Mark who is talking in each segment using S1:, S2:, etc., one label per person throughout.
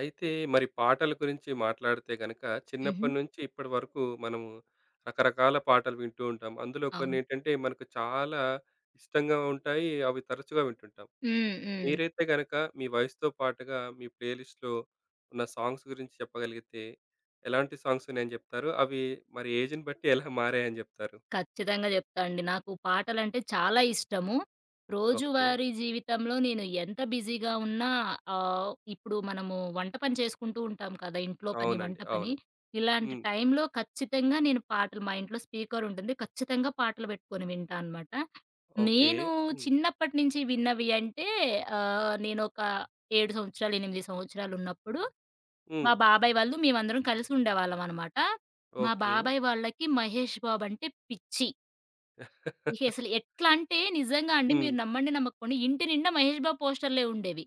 S1: అయితే మరి పాటల గురించి మాట్లాడితే గనక
S2: హుహు.
S1: చిన్నప్పటి నుంచి ఇప్పటి వరకు మనము రకరకాల పాటలు వింటూ ఉంటాం. అందులో కొన్ని
S2: అవును.
S1: ఏంటంటే మనకు చాలా ఇష్టంగా ఉంటాయి. అవి తరచుగా వింటుంటాం.
S2: హ్మ్. హ్మ్.
S1: మీరైతే గనక మీ వయసుతో పాటుగా మీ ప్లేలిస్ట్‌లో ఉన్న సాంగ్స్ గురించి చెప్పగలిగితే ఎలాంటి సాంగ్స్ ఉన్నాయని చెప్తారు? అవి మరి ఏజ్‌ని బట్టి ఎలా మారాయని చెప్తారు?
S2: ఖచ్చితంగా జెప్తా అండి. నాకు పాటలంటే చాలా ఇష్టము.
S1: ఓకే.
S2: రోజువారీ జీవితంలో నేను ఎంత బిజీగా ఉన్నా ఇప్పుడు మనము వంట పని చేసుకుంటూ ఉంటాం కదా! ఇంట్లో పని,
S1: అవునండి,
S2: వంట పని.
S1: అవును.
S2: ఇలాంటి
S1: హ్మ్.
S2: టైంలో ఖచ్చితంగా నేను పాటలు మా ఇంట్లో స్పీకర్ ఉంటుంది. ఖచ్చితంగా పాటలు పెట్టుకొని వింటా అనమాట.
S1: ఓకే.
S2: నేను
S1: హ్మ్.
S2: చిన్నప్పటి నుంచి విన్నవి అంటే నేనొక 7 సంవత్సరాలు, 8 సంవత్సరాలున్నప్పుడు
S1: హ్మ్.
S2: మా బాబాయ్ వాళ్ళు మేమందరం కలిసి ఉండేవాళ్ళమనమాట. మా
S1: ఓకే.
S2: బాబాయ్ వాళ్ళకి 'మహేష్ బాబు' అంటే పిచ్చి. ఇక అసలు ఎట్లా అంటే నిజంగా అండి
S1: హ్మ్.
S2: మీరు నమ్మండి నమ్మకపోండి ఇంటి నిండా 'మహేష్ బాబు' పోస్టర్‌లే ఉండేవి.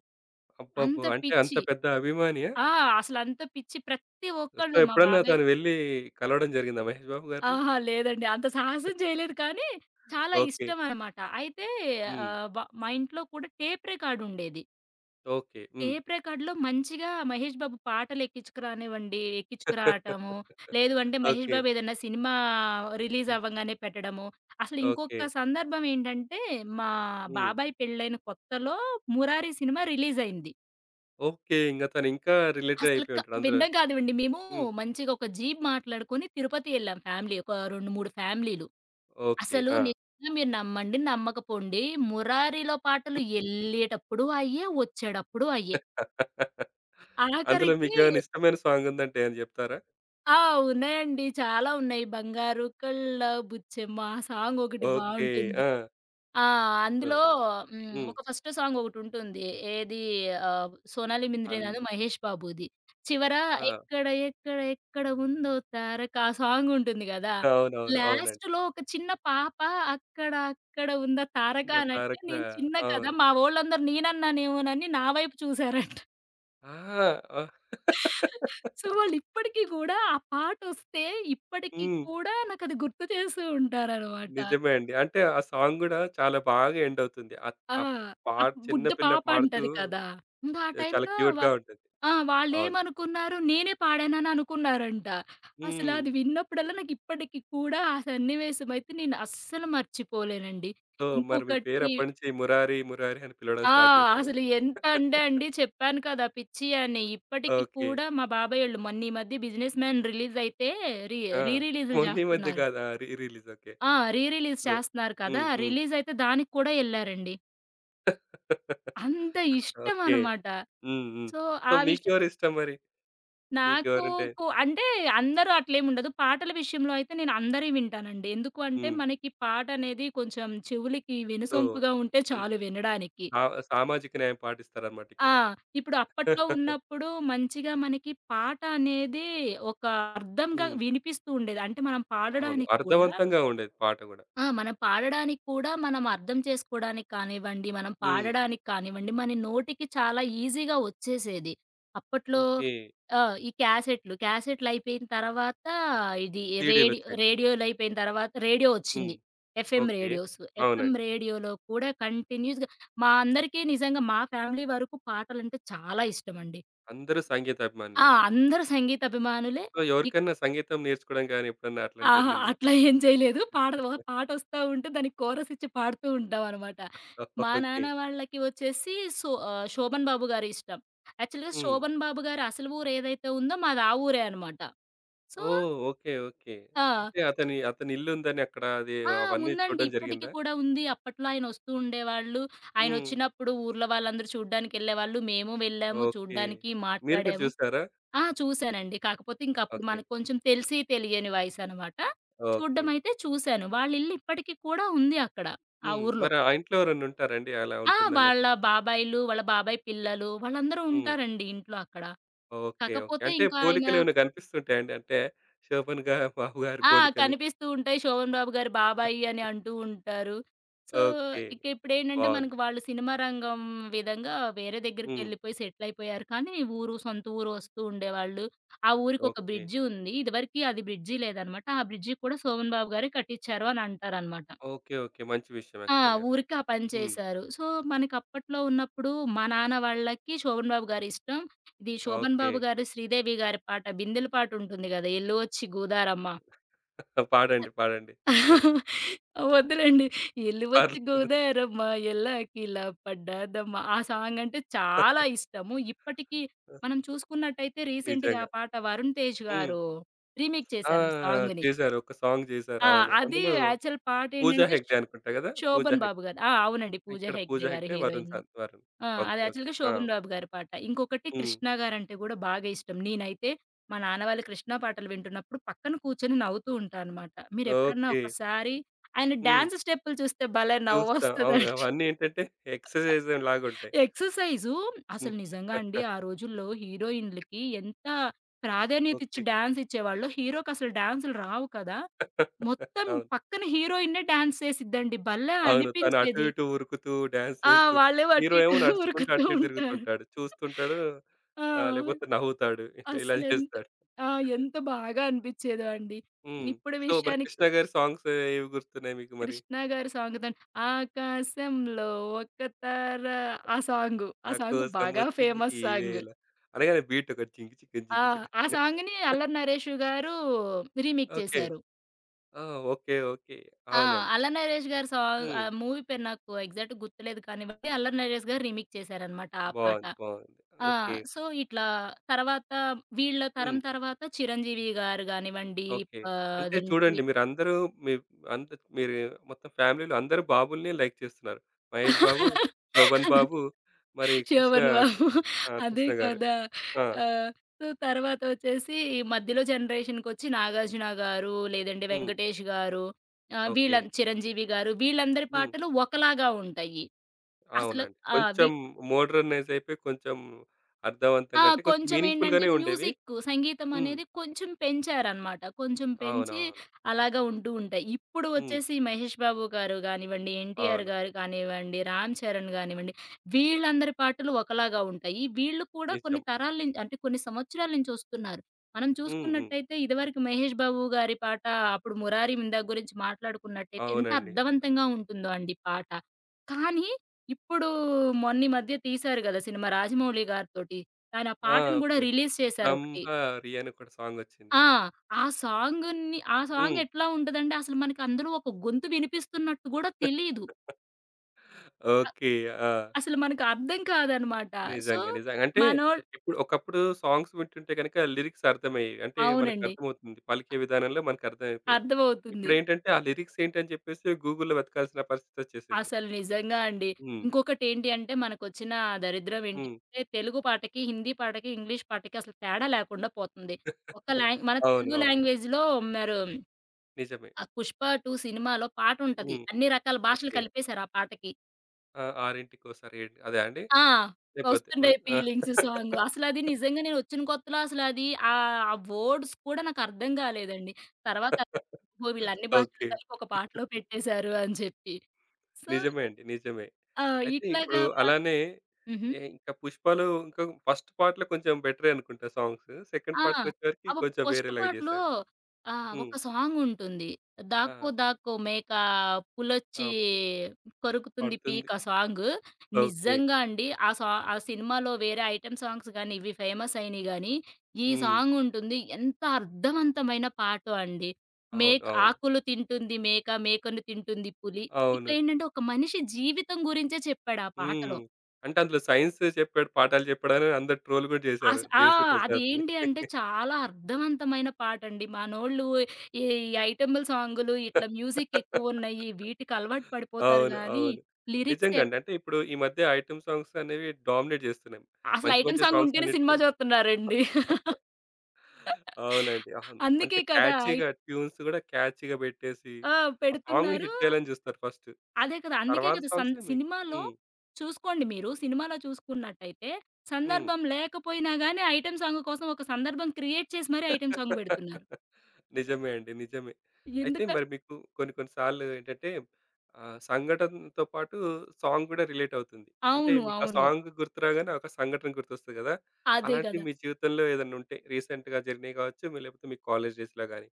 S2: అంత
S1: అబ్బబ్బో! అంటే అంత
S2: పిచ్చి.
S1: పెద్ద అభిమానియా?
S2: ఆ! అసలంత పిచ్చి ప్రతి
S1: సో,
S2: ఒక్కళ్ళు మా
S1: ఎప్పుడన్నా
S2: బాబాయ్.
S1: తను వెళ్లి కలవడం జరిగిందా మహేష్ బాబు గారిని?
S2: అహా! లేదండి. అంత సాహసం చేయలేదు కానీ చాలా
S1: ఓకే.
S2: ఇష్టమనమాట. అయితే
S1: హ్మ్.
S2: ఆహ్, బ మా ఇంట్లో కూడా టేప్ రికార్డ్ ఉండేది.
S1: ఓకే. హ్మ్.
S2: టేప్ రికార్డ్‌లో మంచిగా 'మహేష్ బాబు' పాటలు ఎక్కించుకురానివ్వండి. ఎక్కించుకురావటము. లేదు అంటే 'మహేష్
S1: ఓకే.
S2: బాబు' ఏదన్నా సినిమా రిలీజ్
S1: హ్మ్.
S2: అవ్వంగానే పెట్టడము. అసలు
S1: ఓకే.
S2: ఇంకొక సందర్భం ఏంటంటే, మా
S1: హ్మ్.
S2: బాబాయ్ పెళ్ళైన కొత్తలో 'మురారి' సినిమా రిలీజ్ అయింది.
S1: ఓకే. ఇంగ తను ఇంకా రిలేటెడ్
S2: అసలు
S1: అయిపోయి ఉంటాడు అందులో.
S2: వినడం కానివ్వండి మేము
S1: హ్మ్.
S2: మంచిగా ఒక జీప్ మాట్లాడుకొని తిరుపతి ఎళ్ళాం ఫ్యామిలీ. ఒక 2, 3 ఫ్యామిలీలు.
S1: ఓకే.
S2: అసలు
S1: ఆ!
S2: నిజంగా మీరు నమ్మండి, నమ్మకపోండి 'మురారిలో' పాటలు ఎళ్ళేటప్పుడు అయ్యే, వచ్చేటప్పుడు అయ్యే.
S1: అందులో
S2: ఆఖరికి,
S1: మీకేమైనా ఇష్టమైన సాంగ్ ఉందంటే ఏమైనా చెప్తారా?
S2: ఆ! ఉన్నాయండి. చాలా ఉన్నాయి. 'బంగారు కళ్ళ బుచ్చెమ్మ' ఆ సాంగ్ ఒకటి
S1: ఓకే.
S2: బావుంటుంది.
S1: ఆ!
S2: ఆ!
S1: సో,
S2: అందులో
S1: హ్మ్.
S2: ఒక ఫస్ట్ సాంగ్ ఒకటుంటుంది. ఏది సోనాలి మింద్రేనాను,
S1: అల్లు,
S2: మహేష్ బాబుది. చివర
S1: ఆ!
S2: ఎక్కడ ఎక్కడ ఎక్కడ ఉందో తారక ఆ సాంగ్ ఉంటుంది గదా!
S1: అవునవును, అవునండి.
S2: లాస్ట్‌లో ఒక చిన్న పాప అక్కడ అక్కడ ఉందా తారక
S1: ఇంకా
S2: అనంటే
S1: 'తారక',
S2: నేను చిన్న కదా!
S1: అవును.
S2: మా వోళ్ళందరూ నేనన్నానేమోనని నా వైపు చూసారంట.
S1: ఆ! ఆ!
S2: సో, వాళ్ళిప్పటికి గూడా ఆ పాటొస్తే ఇప్పటికి
S1: హ్మ్.
S2: కూడా నాకది గుర్తు చేస్తూ ఉంటారనమాట.
S1: నిజమే అండి. అంటే ఆ సాంగ్ గూడా చాలా బాగా ఎండ్ అవుతుంది.
S2: ఆ!
S1: ఆ
S2: ఆ
S1: పాట్ చిన్న
S2: బుడ్డ
S1: పిల్ల
S2: పాప
S1: పాడుతూ
S2: అంటది కదా! ఇంకా ఆ
S1: చాలా
S2: టైంలో వ
S1: క్యూట్‌గా ఉంటుంది.
S2: ఆ!
S1: అవును.
S2: వాళ్ళేమనుకున్నారు నేనే పాడానని అనుకున్నారంట.
S1: హ్మ్.
S2: అసలది విన్నప్పుడల్లా నాకిప్పటికి కూడా ఆ సన్నివేశమైతే నేను అస్సలు మర్చిపోలేనండి.
S1: సో, మరి మీ పేరు
S2: ఇంకొకటి,
S1: అప్పటినుంచి మురారి, మురారి అని పిలవడం
S2: ఆ!
S1: స్టార్ట్ చేసారా?
S2: అసలు ఎంత అంటే అండి చెప్పాను కదా! పిచ్చి అని. ఇప్పటికి
S1: ఓకే.
S2: కూడా మా బాబాయోళ్ళు మొన్న ఈ మధ్య 'బిజినెస్ మ్యాన్' రిలీజ్ అయితే రీ
S1: ఆ!
S2: రీ రిలీజ్‌లు
S1: మొన్న ఈ మధ్య
S2: చేస్తున్నారు.
S1: కాదా? Re release. ఓకే.
S2: ఆ! రీ రిలీజ్
S1: సో,
S2: చేస్తున్నారు కదా!
S1: హ్మ్. హ్మ్.
S2: రిలీజ్ అయితే దానికి కూడా ఎళ్లారండి. అంత ఇష్టం
S1: ఓకే.
S2: అనమాట.
S1: హ్మ్. హ్మ్.
S2: సో,
S1: సో,
S2: ఆ విష్
S1: మీకెవరు ఇష్టం మరి?
S2: నాకు
S1: మీకెవరంటే
S2: కు అంటే అందరూ అట్లేమి ఉండదు. పాటల విషయంలో అయితే నేను అందరివి వింటానండి. ఎందుకు అంటే
S1: హ్మ్.
S2: మనకి పాట అనేది కొంచెం చెవులకి
S1: సో,
S2: వినసొంపుగా ఉంటే
S1: అన్
S2: చాలు వినడానికి.
S1: సా సామాజిక న్యాయం పాటిస్తారన్నమాట
S2: ఆ!
S1: ఇక్కడ.
S2: ఇప్పుడు అప్పట్లో ఉన్నప్పుడు మంచిగా మనకి పాట అనేది ఒక అర్థంగా
S1: హ్మ్.
S2: వినిపిస్తూ ఉండేది. అంటే మనం
S1: అవును,
S2: పాడడానికి కూడా,
S1: అర్థవంతంగా ఉండేది పాట గూడా.
S2: ఆ! మనం పాడడానికి కూడా మనం అర్థం చేసుకోవడానికి కానివ్వండి, మనం
S1: హ్మ్.
S2: పాడడానికి కానివ్వండి, మన నోటికి చాలా ఈజీగా వచ్చేసేది. అప్పట్లో
S1: ఓకే.
S2: ఈ క్యాసెట్‌లు, క్యాసెట్‌లు అయిపోయిన తర్వాత ఇది రేడి
S1: సీడీలొచ్చాయి.
S2: రేడియోలు అయిపోయిన తర్వాత రేడియో
S1: హ్మ్.
S2: వచ్చింది. FM
S1: okay.
S2: రేడియోస్. ఎఫ్ఎం
S1: అవునండి.
S2: రేడియోలో కూడా కంటిన్యూస్‌గా మా అందరికీ నిజంగా మా ఫ్యామిలీ వరకు పాటలంటే చాలా ఇష్టమండి.
S1: అందరూ
S2: ఆ!
S1: సంగీతాభిమానులే.
S2: అందరూ సంగీత అభిమానులే.
S1: సో,
S2: ఇక
S1: ఎవరికన్నా సంగీతం నేర్చుకోవడం గాని ఎప్పుడన్నా అట్లాంటిది
S2: ఆహా!
S1: జరిగిందా?
S2: అట్లా ఏం చేయలేదు. పాట ఒక పాటొస్తా ఉంటే దానికి కోరస్ ఇచ్చి పాడుతూ ఉంటామనమాట. మా
S1: ఓకే.
S2: నాన్న వాళ్ళకి వచ్చేసి, 'శోభన్ బాబు' గారు ఇష్టం. యాక్చువల్‌గా
S1: హ్మ్.
S2: 'శోభన్ బాబు' గారి అసలు ఊరు ఏదైతే ఉందో మాది ఆ ఊరే అనమాట. సో,
S1: ఓహ్! Okay, okay.
S2: ఆ!
S1: అంటే అతని అతని ఇల్లుందని అక్కడ అది
S2: ఆ!
S1: అవన్నీ
S2: ఉందండి.
S1: చూడడం
S2: ఇప్పటికి
S1: జరిగిందా?
S2: కూడా ఉంది. అప్పట్లో ఆయన వస్తూ ఉండేవాళ్ళు.
S1: హ్మ్.
S2: ఆయనొచ్చినప్పుడు ఊర్లో వాళ్ళందరూ చూడ్డానికెళ్ళేవాళ్ళు. మేము వెళ్ళాము
S1: ఓకే.
S2: చూడ్డానికి,
S1: మీరు కూడా
S2: మాట్లాడాము.
S1: చూసారా?
S2: ఆ! చూసానండి. కాకపోతే ఇంకప్పుడు
S1: ఓకే,
S2: మనకు కొంచెం తెలిసి తెలియని వయసనమాట.
S1: ఓకే.
S2: చూడ్డమైతే చూసాను. వాళ్ళిల్లు ఇప్పటికి కూడా ఉంది అక్కడ. ఆ
S1: హ్మ్.
S2: ఊర్లో.
S1: మరి ఆ ఇంట్లో ఎవరన్నా ఉంటారండి? అలా
S2: ఆ!
S1: ఉంటుందా
S2: వాళ్ళ
S1: లేకపోతే?
S2: బాబాయిలు, వాళ్ళ బాబాయి పిల్లలు వాళ్ళందరూ
S1: హ్మ్.
S2: ఉంటారండి ఇంట్లో అక్కడ.
S1: Okay, okay.
S2: కాకపోతే
S1: అంటే
S2: ఇంకా ఆయన
S1: పోలికలేమైనా కనిపిస్తుంటాయండి? అంటే, శోభన్ గా బాబు గారి
S2: ఆ!
S1: పోలికలు.
S2: కనిపిస్తూ ఉంటాయి. శోభన్ బాబు గారి బాబాయి అని అంటూ ఉంటారు. So,
S1: okay.
S2: ఇప్పుడేంటంటే
S1: బావుంది.
S2: మనకు వాళ్ళు సినిమా రంగం విధంగా వేరే
S1: హ్మ్.
S2: దగ్గరికెళ్ళిపోయి సెటిల్ అయిపోయారు. కానీ ఊరు, సొంత ఊరు వస్తూ ఉండేవాళ్ళు. ఆ ఊరికి ఒక
S1: ఓకే,
S2: బ్రిడ్జి ఉంది. ఇదివరకి అది బ్రిడ్జి లేదనమాట. ఆ బ్రిడ్జి కూడా శోభన్ బాబు గారే కట్టించారు అని అంటారనమాట.
S1: ఓకే. ఓకే, మంచి విషయం
S2: ఆ!
S1: యాక్చువల్‌గా.
S2: ఊరికి ఆ పని
S1: హ్మ్.
S2: చేశారు. సో, మనకి అప్పట్లో ఉన్నప్పుడు మా నాన్న వాళ్ళకి శోభన్ బాబు గారు ఇష్టం. ఇది శోభన్
S1: ఓకే.
S2: బాబు గారు, శ్రీదేవి గారి పాట 'బిందెల పాట' ఉంటుంది గదా! 'ఎల్లు వచ్చి గోదారమ్మ.'
S1: పాడండి, పాడండి.
S2: వద్దులెండి. 'ఎలివొచ్చి
S1: పర్లేదు.
S2: గోదారమ్మ ఎల్లాకిలా పడ్డాదమ్మ' ఆ సాంగ్ అంటే చాలా ఇష్టము. ఇప్పటికి మనం చూసుకున్నట్టయితే రీసెంట్‌గా
S1: నిజంగా.
S2: ఆ పాట 'వరుణ్ తేజ్'
S1: హ్మ్.
S2: గారు రీమేక్
S1: ఆ!
S2: చేశారు ఆ సాంగ్‌ని.
S1: చేశారు. ఒక సాంగ్ చేశారు.
S2: ఆ!
S1: అవును.
S2: అది
S1: అందులో
S2: యాక్చువల్
S1: పూజా
S2: పాటేంటంటే
S1: హెగ్డే అనుకుంటా గదా! పూజా
S2: 'శోభన్
S1: హెగ్
S2: బాబు' గారు. ఆ! అవునండి. పూజా
S1: ఇక్కడ
S2: హెగ్డే
S1: పూజా
S2: గారు
S1: హెగ్డే,
S2: హీరోయిన్.
S1: వరుణ్.
S2: ఆ!
S1: ఓకే,
S2: అది
S1: ఓకే.
S2: యాక్చువల్‌గా
S1: ఆ!
S2: 'శోభన్ బాబు' గారి పాట. ఇంకొకటి
S1: హ్మ్.
S2: 'కృష్ణ' గారంటే గూడా బాగా ఇష్టం. నేనైతే మా నాన్న వాళ్ళు 'కృష్ణ' పాటలు వింటున్నప్పుడు పక్కన కూర్చొని నవ్వుతూ ఉంటా అనమాట. మీరెప్పుడన్నా
S1: ఓకే.
S2: ఒక్కసారి ఆయన
S1: హ్మ్.
S2: డాన్స్ స్టెప్పులు చూస్తే భలే
S1: చూస్తా. అవును.
S2: నవ్వొస్తదండి.
S1: అవన్నీ ఏంటంటే ఎక్సర్‌సైజ్ లాగుంటాయి.
S2: ఎక్సర్‌సైజు.
S1: హ్మ్.
S2: అసలు నిజంగా అండి ఆ రోజుల్లో హీరోయిన్‌లకి ఎంత ప్రాధాన్యత
S1: ఓకే.
S2: ఇచ్చి డాన్స్ ఇచ్చేవాళ్ళో, హీరోకసలు డాన్సులు రావు కదా! మొత్తం
S1: అవును,
S2: పక్కన హీరోయిన్నే డాన్స్ చేసిద్దండి. భలే
S1: అవును. తను అటు
S2: అనిపించేది.
S1: ఇటు ఉరుకుతూ, డాన్స్
S2: ఆ!
S1: చేస్తూ,
S2: వాళ్ళేమో అటు
S1: హీరో
S2: ఇటు
S1: ఏమో నడుచుకుంటూ
S2: ఉరుకుతూ
S1: అటు ఇటు
S2: ఉంటారు.
S1: తిరుగుతుంటాడు. చూస్తుంటాడు,
S2: ఆ!
S1: ఆహ్, లేకపోతే నవ్వుతాడు. ఇలా ఇలా
S2: అసలెంత
S1: చేస్తాడు.
S2: ఆ! ఎంత బాగా అనిపిచ్చేదో అండి.
S1: హ్మ్.
S2: ఇప్పుడు
S1: సో, మరి కృష్ణ
S2: విషయానికి
S1: గారి సాంగ్స్ ఏవి గుర్తున్నాయి మీకు మరి?
S2: కృష్ణ గారి సాంగ్ దండి, 'ఆకాశంలో ఒక తార' ఆ సాంగు. ఆ
S1: నా
S2: సాంగ్
S1: కోసం
S2: బాగా
S1: వచ్చింది
S2: ఫేమస్
S1: ఈ
S2: సాంగ్.
S1: వేళ అనగానే బీట్ ఒకటి చింకి చిక్
S2: ఆ!
S1: జింకి చిక్
S2: ఆ
S1: అని.
S2: సాంగ్‌ని 'అల్లరి నరేష్' గారు రీమేక్
S1: ఓకే.
S2: చేశారు.
S1: ఆ! Okay, okay.
S2: ఆ!
S1: అవునండి.
S2: 'అల్లరి నరేష్' గారి సాంగ్ ఆ
S1: హ్మ్.
S2: మూవీ పేరు నాకు ఎగ్జాక్ట్‌గా గుర్తులేదు కానివ్వండి. 'అల్లరి నరేష్' గారు రీమేక్ చేశారనమాట ఆ పాట.
S1: బావుంది, బావుంది.
S2: ఆ!
S1: ఓకే.
S2: సో, ఇట్లా తర్వాత వీళ్ళ తరం
S1: హ్మ్.
S2: తర్వాత చిరంజీవి గారు గానివ్వండి,
S1: ఓకే.
S2: ఆహ్,
S1: అంటే
S2: అదేంటి
S1: చూడండి మీరందరూ మీ అంత మీరు మొత్తం ఫ్యామిలీలో అందరూ బాబుల్ని లైక్ చేస్తున్నారు. మహేష్ బాబు, శోభన్ బాబు, మరి కృష్ణ,
S2: శోభన్ బాబు,
S1: ఆ!
S2: అదే
S1: కృష్ణ గారు.
S2: కదా!
S1: ఆ!
S2: ఆహ్, సో, తర్వాత వచ్చేసి మధ్యలో జనరేషన్‌కొచ్చి నాగార్జున గారు, లేదంటే
S1: హ్మ్.
S2: వెంకటేష్ గారు, ఆహ్, వీళ్ళ
S1: ఓకే.
S2: చిరంజీవి గారు, వీళ్ళందరి
S1: హ్మ్.
S2: పాటలు ఒకలాగా ఉంటాయి. అసలు
S1: అవునండి.
S2: ఆ! వి
S1: కొంచెం మోడర్నైజ్ అయిపోయి కొంచెం
S2: ఆ!
S1: అర్థవంతంగా, అంటే కొంచెం
S2: కొంచెమేంటంటే
S1: మీనింగ్‌ఫుల్‌గానే ఉండేవి.
S2: మ్యూజిక్, సంగీతం
S1: హ్మ్.
S2: అనేది కొంచెం పెంచారనమాట. కొంచెం పెంచి
S1: అవునవును.
S2: అలాగా ఉంటూ ఉంటాయి. ఇప్పుడు
S1: హ్మ్.
S2: వచ్చేసి మహేష్ బాబు గారు గానివ్వండి, ఎన్టీఆర్
S1: అవును.
S2: గారు కానివ్వండి, రామ్ చరణ్ గానివ్వండి, వీళ్ళందరి పాటలు ఒకలాగా ఉంటాయి. వీళ్ళు కూడా
S1: నిజం.
S2: కొన్ని తరాల నిం అంటే కొన్ని సంవత్సరాల నుంచి వస్తున్నారు. మనం
S1: హ్మ్. హ్మ్.
S2: చూసుకున్నట్టయితే ఇదివరకు మహేష్ బాబు గారి పాట, అప్పుడు 'మురారి ఇందాక' గురించి మాట్లాడుకున్నట్టయితే ఎంత
S1: అవునండి.
S2: అర్థవంతంగా ఉంటుందో అండి పాట. కానీ ఇప్పుడు మొన్న ఈ మధ్య తీశారు గదా! సినిమా రాజమౌళి గారితోటి. ఆయన ఆ
S1: ఆ!
S2: పాటను గూడా
S1: ఓకే.
S2: రిలీజ్ చేశారొకటి.
S1: 'లంహరి' అని ఒకటి సాంగొచ్చింది.
S2: ఆ! ఆ సాంగ్
S1: హ్మ్.
S2: ఎట్లా ఉంటదంటే అసలు మనకి అందులో ఒక గొంతు వినిపిస్తున్నట్టు గూడా తెలీదు. అ
S1: ఓకే. ఆ!
S2: అసలు మనకు అర్థం కాదనమాట. సో,
S1: నిజంగా, నిజంగా. అంటే
S2: మనోళ్ళు
S1: ఒకప్పుడు సాంగ్స్ వింటుంటే గనక లిరిక్స్ అర్థమయ్యేవి. అంటే
S2: అవునండి.
S1: మనకర్థమవుతుంది. పలికే విధానంలో మనకర్థమైపోయేది.
S2: అర్థమవుతుంది.
S1: ఇప్పుడేంటంటే ఆ లిరిక్స్ ఏంటని చెప్పేసి గూగుల్‌లో వెతకాల్సిన పరిస్థితొచ్చేసింది.
S2: అసలు నిజంగా అండి.
S1: హ్మ్.
S2: ఇంకొకటేంటి అంటే మనకొచ్చిన దరిద్రం ఏంటి
S1: హ్మ్.
S2: అంటే తెలుగు పాటకి, హిందీ పాటకి, ఇంగ్లీష్ పాటకి అసలు తేడా లేకుండా పోతుంది. ఒక లాంగ్ మన
S1: అవును,
S2: తెలుగు
S1: అవును.
S2: లాంగ్వేజ్‌లో మరు
S1: నిజమే.
S2: ఆ 'పుష్ప 2' సినిమాలో పాటుంటది.
S1: హ్మ్.
S2: అన్ని రకాల భాషలు
S1: ఓకే.
S2: కలిపేశారు ఆ పాటకి.
S1: ఆ! 6:00 అదా అండి?
S2: ఆ!
S1: లేపోతే
S2: వస్తుండే
S1: ఓహ్! ఆ!
S2: Feelings song. అసలది నిజంగా నేనొచ్చిన కొత్తలో అసలది ఆహ్, ఆ వర్డ్స్ కూడా నాకర్థం కాలేదండి. తర్వాత ఓహో! వీళ్ళన్ని భాషలు
S1: ఓకే.
S2: కలిపి ఒక పాటలో పెట్టేశారు అని చెప్పి. సో,
S1: నిజమే అండి, నిజమే.
S2: ఆహ్,
S1: అయితే ఇప్పుడు
S2: ఇట్లాగా మా
S1: అలానే
S2: హుహు.
S1: ఇంకా 'పుష్పలో' ఇంకా ఫస్ట్ పార్ట్‌లో కొంచెం బెటరే అనుకుంటా సాంగ్స్. సెకండ్
S2: ఆ!
S1: పార్ట్‌కొచ్చేవరికి
S2: అవ
S1: కొంచెం
S2: ఫస్ట్
S1: వేరేలాగా
S2: పార్ట్‌లో
S1: చేశారు. హ్మ్.
S2: ఒక సాంగుంటుంది.
S1: ఆ!
S2: 'దాక్కో దాక్కో మేక
S1: ఆ!
S2: పులొచ్చి కొరుకుతుంది
S1: పడుతుంది.
S2: పీక' సాంగు.
S1: ఓకే.
S2: నిజంగా అండి ఆ సా ఆ సినిమాలో వేరే ఐటెమ్ సాంగ్స్ గానీ, ఇవి ఫేమస్ అయినియి గానీ, ఈ
S1: హ్మ్.
S2: సాంగుంటుంది. ఎంత అర్థవంతమైన పాటో అండి.
S1: అవును, అవును.
S2: ఆకులు తింటుంది మేక, మేకను తింటుంది పులి. ఇట్లా
S1: అవును.
S2: ఏంటంటే, ఒక మనిషి జీవితం గురించే చెప్పాడు ఆ
S1: హ్మ్.
S2: పాటలో.
S1: అంటే అందులో సైన్స్ చెప్పాడు పాఠాలు చెప్పాడని అందరూ ట్రోల్ కూడా చేశారు
S2: అస్ ఆ!
S1: 'దేవిశ్రీప్రసాద్‌ని'.
S2: అదేంటి అంటే చాలా అర్థవంతమైన పాటండి. మనోళ్ళు ఈ ఐటెంబుల్ సాంగులు, ఇట్లా మ్యూజిక్ ఎక్కువున్నయి, వీటికి అలవాటు పడిపోతారు
S1: అవును,
S2: గానీ,
S1: అవును.
S2: లిరిక్స్
S1: నిజంగా
S2: ఎవ్
S1: అండి. అంటే ఇప్పుడు ఈ మధ్య ఐటెమ్ సాంగ్స్ అనేవి డామినేట్ చేస్తున్నాయి.
S2: అసలు
S1: మంచి
S2: ఐటెమ్
S1: మంచి
S2: సాంగ్
S1: సాంగ్స్
S2: ఉంటేనే
S1: అన్నిటికి
S2: సినిమా చూస్తున్నారండి.
S1: అవునండి, అవును. అంటే
S2: అందుకే కదా! ఐ
S1: క్యాచీ‌గా ట్యూన్స్ గూడా క్యాచీ‌గా పెట్టేసి,
S2: ఆ!
S1: ఆ సాంగ్‌ని
S2: పెడుతున్నారు.
S1: హిట్ చేయాలని జూస్తారు ఫస్ట్.
S2: అదే కదా! అందుకే
S1: తర్వాత
S2: కదా! సం
S1: సాంగ్సే మీ
S2: సినిమాలో
S1: హ్మ్.
S2: చూసుకోండి మీరు. సినిమాలో చూసుకున్నట్టయితే,
S1: హ్మ్.
S2: సందర్భం లేకపోయినా గానీ, ఐటెమ్ సాంగ్ కోసం ఒక సందర్భం క్రియేట్ చేసి మరీ ఐటెమ్ సాంగ్ పెడుతున్నారు.
S1: నిజమే అండి, నిజమే. అయితే
S2: ఎందుక
S1: మరి మీకు కొన్ని కొన్ని సార్లు ఏంటంటే, ఆహ్, సంఘటనతో పాటు సాంగ్ గూడా రిలేట్ అవుతుంది. అంటే
S2: అవును.
S1: మీకు ఆ
S2: అవును.
S1: సాంగ్ గుర్తురాగానే ఒక సంఘటన గుర్తొస్తది గదా!
S2: అదే
S1: అలాంటివి
S2: కదా!
S1: మీ జీవితంలో ఏదన్నా ఉంటే రీసెంట్‌గా జరిగినయి గావచ్చు, లేకపోతే మీ కాలేజ్ డేస్‌లో గాని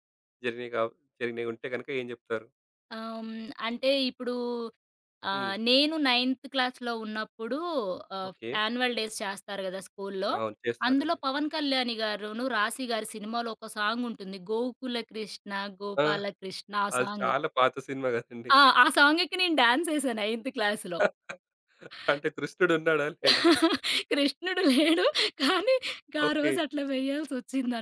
S1: జరిగినయి గావ్ జరిగినయి ఉంటే గనుక ఏం జెప్తారు?
S2: ఆహ్, హ్మ్. అంటే ఇప్పుడు
S1: హ్మ్.
S2: నేను నైన్త్ క్లాస్‌లో ఉన్నప్పుడు ఆహ్,
S1: ఓకే.
S2: యాన్యువల్ డేస్ చేస్తారు గదా! స్కూల్లో.
S1: అవును,
S2: అందులో
S1: చేస్తారండి.
S2: పవన్ కళ్యాణి గారును, 'రాశి' గారి సినిమాలో ఒక సాంగ్ ఉంటుంది. 'గోకుల కృష్ణ
S1: ఆ!
S2: గోపాల కృష్ణ' ఆ
S1: అది
S2: సాంగ్.
S1: చాలా పాత సినిమా గదండీ.
S2: ఆ! ఆ సాంగ్‌కి నేను డాన్స్ ఏసాను నైన్త్ క్లాస్‌లో.
S1: అంటే కృష్ణుడు ఉన్నాడా? లేడా?
S2: కృష్ణుడు లేడు కానీ, గా
S1: ఓకే.
S2: రోజు అట్లా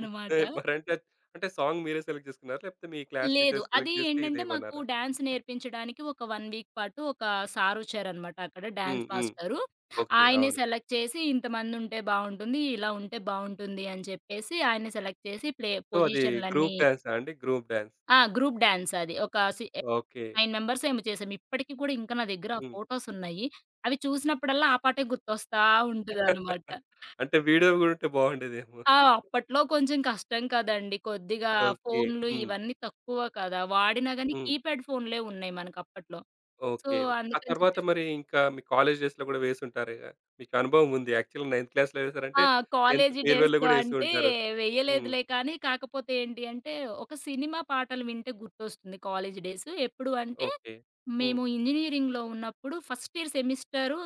S1: హ్మ్. ఏ మరంటే అంటే సాంగ్ మీరే సెలెక్ట్ చేసుకున్నారా? లేకపోతే మీ క్లాస్
S2: లేదు.
S1: టీచర్
S2: అది
S1: సెలెక్ట్ జేసి
S2: ఏంటంటే మాకు
S1: ఇదేయమన్నారా?
S2: డాన్స్ నేర్పించడానికి ఒక 1 వీక్ పాటు ఒక సారొచ్చారనమాట అక్కడ
S1: హ్మ్.
S2: డాన్స్
S1: హ్మ్.
S2: మాస్టరు.
S1: ఓకే.
S2: ఆయనే
S1: అవును.
S2: సెలెక్ట్ చేసి ఇంతమందుంటే బావుంటుంది. ఇలా ఉంటే బావుంటుంది అని చెప్పేసి ఆయనే సెలెక్ట్ చేసి ప్లే
S1: సో, అది
S2: పొజిషన్‌లన్నీ,
S1: గ్రూప్ డాన్సా అండి? Group dance.
S2: ఆ! గ్రూప్ డాన్స్ అది. ఒక సి
S1: ఓకే.
S2: 9 మెంబర్స్ ఏమో చేసాం. ఇప్పటికి కూడా ఇంకా నా దగ్గర ఆ
S1: హ్మ్.
S2: ఫోటోసున్నాయి. అవి చూసినప్పుడల్లా ఆ పాటే గుర్తొస్తా ఉంటదనమాట.
S1: అంటే వీడియో గూడా ఉంటే బావుండేదేమో.
S2: ఆ! అప్పట్లో కొంచెం కష్టం కదండీ! కొద్దిగా
S1: ఓకే.
S2: ఫోన్‌లు
S1: హ్మ్.
S2: ఇవన్నీ తక్కువ కదా! వాడినా గాని
S1: హ్మ్.
S2: కీప్యాడ్ ఫోన్‌లే ఉన్నాయి మనకప్పట్లో. So,
S1: okay, okay. ఆ
S2: అందుకని
S1: తర్వాత
S2: చెప్పి
S1: మరి ఇంకా మీ కాలేజ్ డేస్‌లో గూడా వేసుంటారుగా? మీకు అనుభవం ఉంది. యాక్చువల్‌గా నైన్త్ క్లాస్‌లో వేశారంటే
S2: ఆ!
S1: 10థ్
S2: కాలేజీ
S1: ఫేర్‌వెల్‌లో
S2: డేస్‌లో
S1: గూడా ఏసి
S2: అంటే
S1: ఉంటారు. హ్మ్.
S2: వేయలేదులే కానీ, కాకపోతే ఏంటి అంటే, ఒక సినిమా పాటలు వింటే గుర్తొస్తుంది కాలేజీ డేస్. ఎప్పుడు అంటే,
S1: ఓకే. హ్మ్.
S2: మేము ఇంజినీరింగ్‌లో ఉన్నప్పుడు ఫస్ట్ ఇయర్ సెమిస్టరు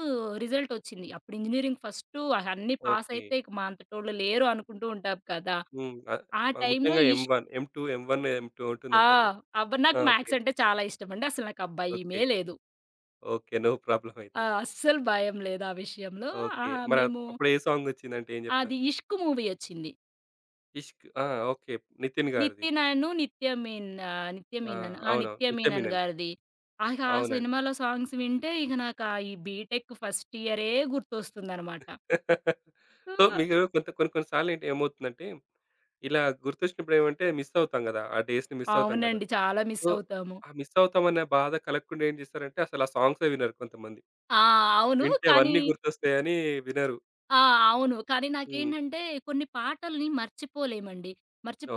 S2: రిజల్టొచ్చింది. అప్పుడు ఇంజినీరింగ్ ఫస్టు అన్ని
S1: ఓకే.
S2: పాసయితే ఇక మా అంతటోళ్ళు లేరు అనుకుంటూ ఉంటాం కదా!
S1: హ్మ్. ఆహ్,
S2: ఆ టైంలో
S1: ముఖ్యంగా
S2: ఈ
S1: ఎం1, ఎం2, ఎం1, ఎం2
S2: ఆ!
S1: ఉంటుందంటారుగా?
S2: అబ్బ
S1: ఆ!
S2: నాకు
S1: ఓకే,
S2: మ్యాథ్స్ అంటే చాలా ఇష్టమండి. అసలు నాకు ఆ
S1: ఓకే,
S2: భయమే లేదు.
S1: ఓకే. నో ప్రాబ్లమ్
S2: ఆ!
S1: అయితే.
S2: అస్సలు భయం లేదు ఆ విషయంలో.
S1: ఓకే.
S2: ఆహ్,
S1: మరి
S2: మేము
S1: అప్పుడు ఏ సాంగ్ వచ్చిందంటే ఏం
S2: అది
S1: జెప్తారు?
S2: 'ఇష్క్' మూవీ ఒచ్చింది.
S1: 'ఇష్క్', ఆ! ఓకే. నితిన్ గారిది.
S2: 'నితినను నిత్య మీన్' ఆహ్, 'నిత్య
S1: ఆ!
S2: మీనన్' ఆ!
S1: అవునవును.
S2: 'నిత్య మీనన్'
S1: 'నిత్యమేనని.'
S2: గారిది. ఆ
S1: అవునండి.
S2: సినిమాలో సాంగ్స్ వింటే ఇక నాకు ఆ ఈ బీటెక్ ఫస్ట్ ఇయరే గుర్తొస్తుందనమాట.
S1: సో,
S2: సో,
S1: మీరు కొన్ని కొన్ని సార్లు ఏంటి ఏమవుతుందంటే, ఇలా గుర్తొచ్చినప్పుడు ఏమంటే మిస్ అవుతాం గదా! ఆ డేస్‌ని మిస్ అవుతాం గదా!
S2: అవునండి. చాలా మిస్
S1: సో,
S2: అవుతాము.
S1: ఆ మిస్ అవుతామన్న బాధ కలగకుండా ఏం జేస్తారంటే అసలు ఆ సాంగ్సే వినరు కొంతమంది.
S2: ఆ! అవును.
S1: వింటే
S2: కానీ,
S1: అవన్నీ గుర్తొస్తాయని వినరు.
S2: ఆ! అవును. కానీ
S1: హ్మ్.
S2: నాకేంటంటే కొన్ని పాటల్ని మర్చిపోలేమండి.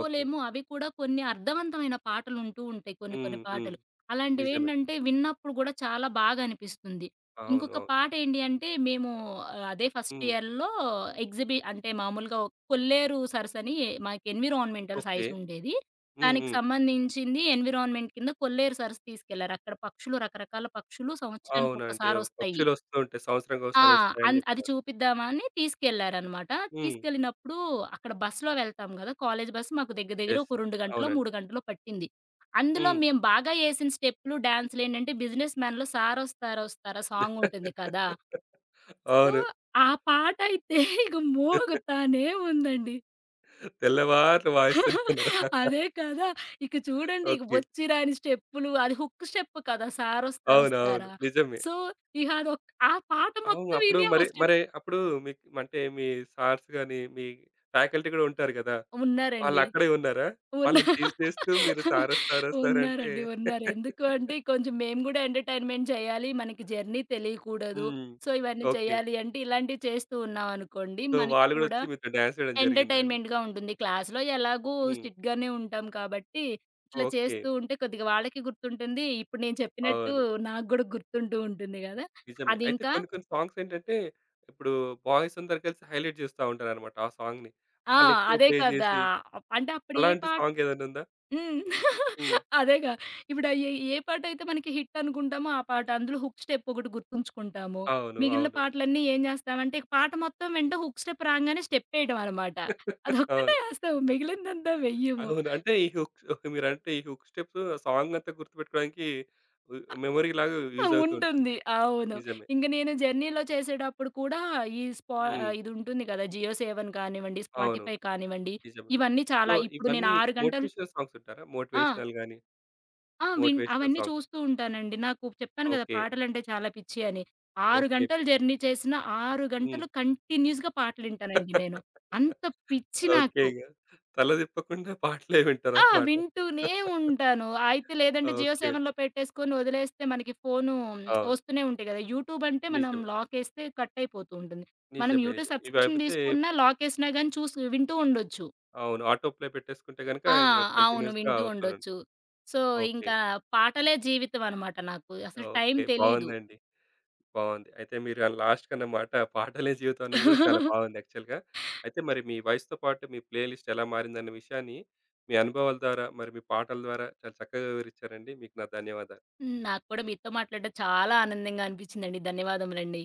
S1: ఓకే.
S2: అవి కూడా కొన్ని అర్థవంతమైన పాటలుంటూ ఉంటాయి కొన్ని కొన్ని
S1: హ్మ్. హ్మ్.
S2: పాటలు.
S1: నిజమే.
S2: అలాంటివేంటంటే విన్నప్పుడు గూడా చాలా బాగా అనిపిస్తుంది.
S1: అవును,
S2: ఇంకొక
S1: అవును.
S2: పాటేంటి అంటే మేము అదే ఫస్ట్
S1: హ్మ్.
S2: ఇయర్‌లో అంటే మామూలుగా కొల్లేరు సరస్సు అని మాకు ఎన్విరాన్మెంటల్
S1: ఓకే.
S2: సైన్స్ ఉండేది.
S1: హ్మ్.
S2: దానికి
S1: హ్మ్.
S2: సంబంధించింది ఎన్విరాన్మెంట్ కింద కొల్లేరు సరస్సు తీసుకెళ్లారు. అక్కడ పక్షులు రకరకాల పక్షులు సంవత్సరానికి
S1: అవునండి.
S2: ఒక్కసారొస్తాయి.
S1: పక్షులొస్తూ ఉంటాయి.
S2: ఆ!
S1: సంవత్సరానికోసారి వస్తాయని
S2: అన్ అది
S1: చెప్తారు.
S2: చూపిద్దామని తీసుకెళ్లారనమాట.
S1: హ్మ్.
S2: తీసుకెళ్ళినప్పుడు అక్కడ బస్‌లో వెళ్తాం గదా! కాలేజీ బస్ మాకు దగ్గర దగ్గర
S1: యెస్,
S2: ఒక 2 గంటలో,
S1: అవునండి.
S2: 3 గంటలో పట్టింది. అందులో
S1: హ్మ్.
S2: మేము బాగా ఏసిన స్టెప్‌లు, డాన్స్‌లేంటంటే 'బిజినెస్ మ్యాన్‌లో సారొస్తారా వస్తారా' సాంగ్ ఉంటుంది కదా! సో,
S1: అవును.
S2: ఆ పాటయితే ఇక మోగుతానే ఉందండి.
S1: తెల్లవార్లు వాయిస్తూనే ఉన్నారు.
S2: అదే కదా! ఇక చూడండి ఇక
S1: ఓకే.
S2: వచ్చి రాని స్టెప్పులు, అది హుక్ స్టెప్ కదా!
S1: అవునవును,
S2: సారొస్తారొస్తారా.
S1: నిజమే.
S2: సో, ఇహ అదొక్ ఆ పాట
S1: అవును.
S2: మొత్తం
S1: అప్పుడు
S2: విని ఆ
S1: మరి
S2: స్టెప్
S1: మరి అప్పుడు మీకు అంటే మీ సార్స్ గాని, మీ ఫ్యాకల్టీ కూడా ఉంటారు కదా!
S2: ఉన్నారండి.
S1: వాళ్ళక్కడే ఉన్నారా?
S2: ఉన్నా
S1: వాళ్ళని టీజ్ చేస్తూ మీరు సార్ వస్తారు, సార్ అంటే
S2: ఉన్నారండి. ఉన్నారు. ఎందుకు అంటే కొంచెం మేము గూడా ఎంటర్‌టైన్‌మెంట్ చేయాలి. మనకి జర్నీ తెలియకూడదు.
S1: హ్మ్.
S2: సో, ఇవన్నీ
S1: ఓకే.
S2: చేయాలి అంటే ఇలాంటివి చేస్తూ ఉన్నామనుకోండి,
S1: సో,
S2: మనకి
S1: వాళ్ళు
S2: కూడా
S1: గూడొచ్చి మీతో డాన్స్ వేయడం జరిగిందా అండి?
S2: ఎంటర్‌టైన్‌మెంట్‌గా ఉంటుంది. క్లాస్‌లో ఎలాగో
S1: హ్మ్.
S2: స్ట్రిక్ట్‌గానే ఉంటాం కాబట్టి, ఇట్లా
S1: ఓకే.
S2: చేస్తూ ఉంటే కొద్దిగా వాళ్ళకి గుర్తుంటుంది. ఇప్పుడు నేను చెప్పినట్టు
S1: అవును,
S2: నాకు గూడా గుర్తుంటూ ఉంటుంది గదా!
S1: నిజమే. అయితే
S2: అదింకా
S1: కొన్ని కొన్ని సాంగ్స్ ఏంటంటే, ఇప్పుడు బాయ్స్ అందరూ కలిసి హైలైట్ జేస్తా ఉంటారనమాట ఆ సాంగ్‌ని.
S2: ఆ!
S1: వాళ్ళెక్కువ
S2: అదే
S1: ప్లే
S2: కదా!
S1: జేసి,
S2: అప్- అంటే అప్పుడు ఏ
S1: అలాంటి
S2: పాట
S1: సాంగ్ ఏదైనా ఉందా?
S2: హ్మ్.
S1: హ్మ్.
S2: అదేగా. ఇప్పుడు అయి ఏ పాటైతే మనకి హిట్ అనుకుంటామో ఆ పాట. అందులో హుక్ స్టెప్ ఒకటి గుర్తుంచుకుంటాము.
S1: అవును,
S2: మిగిలిన
S1: అవును.
S2: పాటలన్నీ ఏం జేస్తామంటే, ఇక పాట మొత్తం వింటే హుక్ స్టెప్ రాంగానే స్టెప్ ఏయడం అనమాట. అదొక్కటే
S1: అవును,
S2: ఏస్తాము. మిగిలిందంతా వెయ్యము.
S1: అవును. అంటే ఈ హుక్, ఈ హుక్ స్టెప్స్ ఆ సాంగ్ అంతా గుర్తుపెట్టుకోవడానికి ఉ మెమొరీలాగా
S2: ఆ!
S1: యూజ్ అవుతూ ఉంటుంది.
S2: ఉంటుంది. అవును.
S1: నిజమే.
S2: ఇంక నేను జర్నీలో చేసేటప్పుడు కూడా ఈ స్పా
S1: హ్మ్.
S2: ఇది ఉంటుంది కదా! జియో సేవన్ కానివ్వండి,
S1: అవును.
S2: స్పాటిఫై కానివ్వండి,
S1: నిజమే.
S2: ఇవన్నీ
S1: సో,
S2: చాలా ఇప్పుడు నేను
S1: ఇవన్నీ
S2: 6 గంటలు
S1: మోటివేషనల్ సాంగ్స్ వింటారా?
S2: ఆ!
S1: మోటివేషనల్ గాని,
S2: ఆ! విన్
S1: మోటివేషనల్
S2: అవన్నీ
S1: సాంగ్స్.
S2: చూస్తూ ఉంటానండి. నాకు చెప్పాను గదా!
S1: ఓకే,
S2: పాటలంటే చాలా పిచ్చి అని. 6
S1: ఓకే.
S2: గంటలు జర్నీ చేసిన 6
S1: హ్మ్.
S2: గంటలు కంటిన్యూస్‌గా పాటలింటానండి నేను. అంత పిచ్చి
S1: ఓకే.
S2: నాకు.
S1: ఇగ తల తిప్పకుండా పాటలే
S2: ఆ!
S1: వింటారనమాట.
S2: వింటూనే ఉంటాను. అయితే లేదంటే జియో
S1: ఓకే.
S2: సెవెన్‌లో పెట్టేసుకొని వదిలేస్తే మనకి ఫోను
S1: అవును.
S2: వస్తూనే ఉంటాయి గదా! యూట్యూబ్ అంటే మనం
S1: నిజమే,
S2: లాకేస్తే కట్ అయిపోతూ ఉంటుంది. మనం
S1: నిజమే,
S2: యూట్యూబ్
S1: నిజమే.
S2: సబ్స్క్రిప్షన్
S1: ఇవైతే
S2: తీసుకున్నా లాకేసినా గాని చూసి వింటూ ఉండొచ్చు.
S1: అవును. ఆటో ప్లే పెట్టేసుకుంటే గనుక
S2: ఆ!
S1: ఇంక
S2: అవును.
S1: కంటిన్యూయస్‌గా
S2: వింటూ
S1: అవుతూనుంటాయి.
S2: ఉండొచ్చు. సో,
S1: ఓకే,
S2: ఇంకా పాటలే జీవితం అనమాట నాకు. అసలు టైం
S1: ఓకే.
S2: తెలీదు.
S1: బావుందండి, బావుంది. అయితే మీరు ఆ లాస్ట్‌కన్న మాట పాటలే జీవితం అన్నది కూడా చాలా బావుంది యాక్చువల్‌గా. అయితే మరి మీ వయసుతో పాటు మీ ప్లే లిస్ట్ ఎలా మారిందన్న విషయాన్ని మీ అనుభవాల ద్వారా, మరి మీ పాటల ద్వారా చాలా చక్కగా వివరించారండి. మీకు నా ధన్యవాదాలు.
S2: నాకు కూడా మీతో మాట్లాడడం చాలా ఆనందంగా అనిపించిందండి. ధన్యవాదములండి.